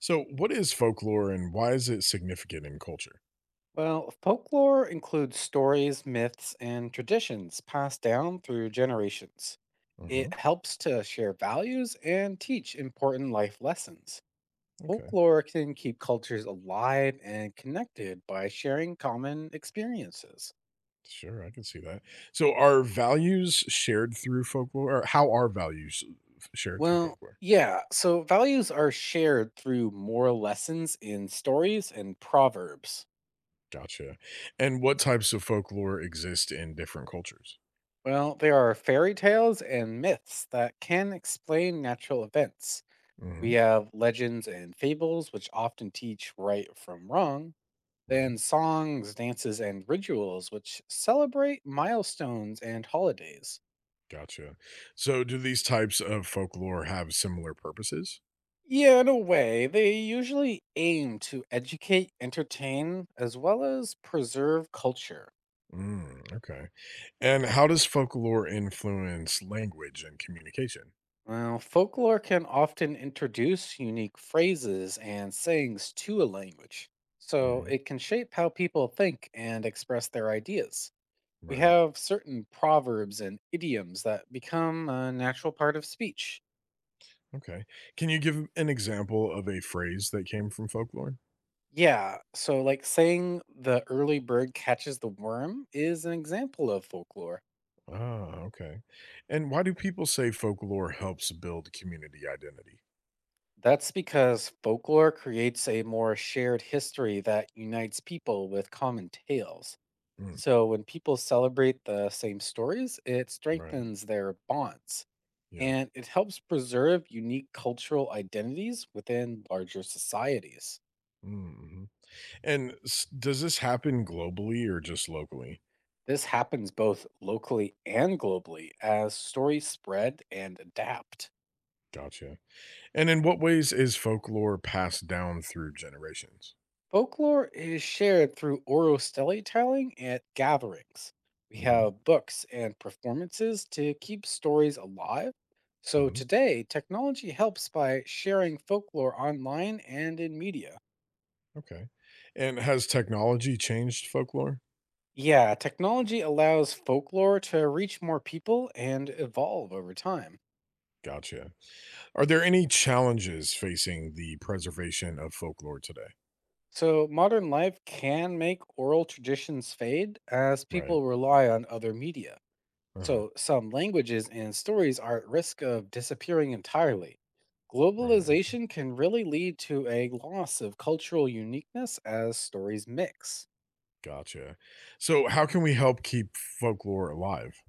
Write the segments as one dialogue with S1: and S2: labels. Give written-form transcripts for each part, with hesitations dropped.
S1: So, what is folklore and why is it significant in culture?
S2: Well, folklore includes stories, myths, and traditions passed down through generations. It
S1: Hmm.
S2: helps to share values and teach important life lessons.
S1: Okay,
S2: Folklore can keep cultures alive and connected by sharing common experiences.
S1: sure, I can see that. So,
S2: Mhm.
S1: are values shared through folklore? Or how are values shared through
S2: Well,
S1: folklore?
S2: yeah, so values are shared through moral lessons in stories and proverbs.
S1: Gotcha. And what types of folklore exist in different cultures?
S2: Well, there are fairy tales and myths that can explain natural events.
S1: Hmm.
S2: We have legends and fables, which often teach right from wrong,
S1: Right.
S2: then songs, dances, and rituals, which celebrate milestones and holidays.
S1: Gotcha. So, do these types of folklore have similar purposes?
S2: Yeah, in a way, they usually aim to educate, entertain, as well as preserve culture.
S1: Mm, okay. And how does folklore influence language and communication?
S2: Well, folklore can often introduce unique phrases and sayings to a language, so
S1: Hmm.
S2: it can shape how people think and express their ideas. We
S1: Right.
S2: have certain proverbs and idioms that become a natural part of speech.
S1: Okay. Can you give an example of a phrase that came from folklore?
S2: Yeah, so like saying the early bird catches the worm is an example of folklore.
S1: Ah, okay. And why do people say folklore helps build community identity?
S2: That's because folklore creates a more shared history that unites people with common tales.
S1: Mm,
S2: So when people celebrate the same stories, it
S1: right.
S2: strengthens their bonds,
S1: Yeah.
S2: and it helps preserve unique cultural identities within larger societies.
S1: Mm-hmm. And does this happen globally or just locally?
S2: This happens both locally and globally as stories spread and adapt.
S1: Gotcha. And in what ways is folklore passed down through generations?
S2: Folklore is shared through oral storytelling at gatherings. We
S1: Hmm.
S2: have books and performances to keep stories alive. So
S1: Hmm.
S2: today, technology helps by sharing folklore online and in media.
S1: Okay. And has technology changed folklore?
S2: Yeah, technology allows folklore to reach more people and evolve over time.
S1: Gotcha. Are there any challenges facing the preservation of folklore today?
S2: So, modern life can make oral traditions fade as
S1: Right.
S2: people rely on other media.
S1: Uh-huh.
S2: So, some languages and stories are at risk of disappearing entirely.
S1: Right. Okay.
S2: Globalization can really lead to a loss of cultural uniqueness as stories mix.
S1: Gotcha. So, how can we help keep folklore alive?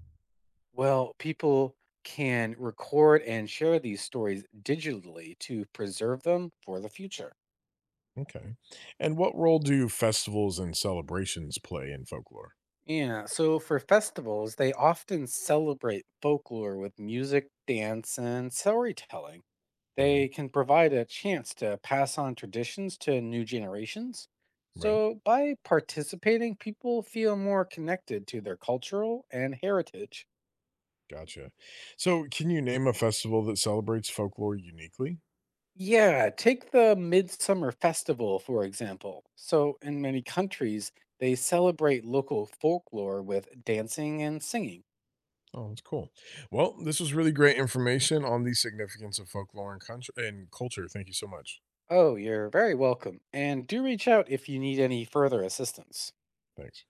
S2: Well, people can record and share these stories digitally to preserve them for the future.
S1: Okay. And what role do festivals and celebrations play in folklore?
S2: Yeah, so for festivals, they often celebrate folklore with music, dance, and storytelling.
S1: Hmm.
S2: They can provide a chance to pass on traditions to new generations.
S1: Right.
S2: So by participating, people feel more connected to their cultural and heritage.
S1: Gotcha. So, can you name a festival that celebrates folklore uniquely?
S2: Yeah, take the Midsummer Festival, for example. So in many countries, they celebrate local folklore with dancing and singing.
S1: Oh, that's cool. Well, this was really great information on the significance of folklore and, and culture. Thank you so much.
S2: Oh, you're very welcome. And do reach out if you need any further assistance.
S1: Thanks.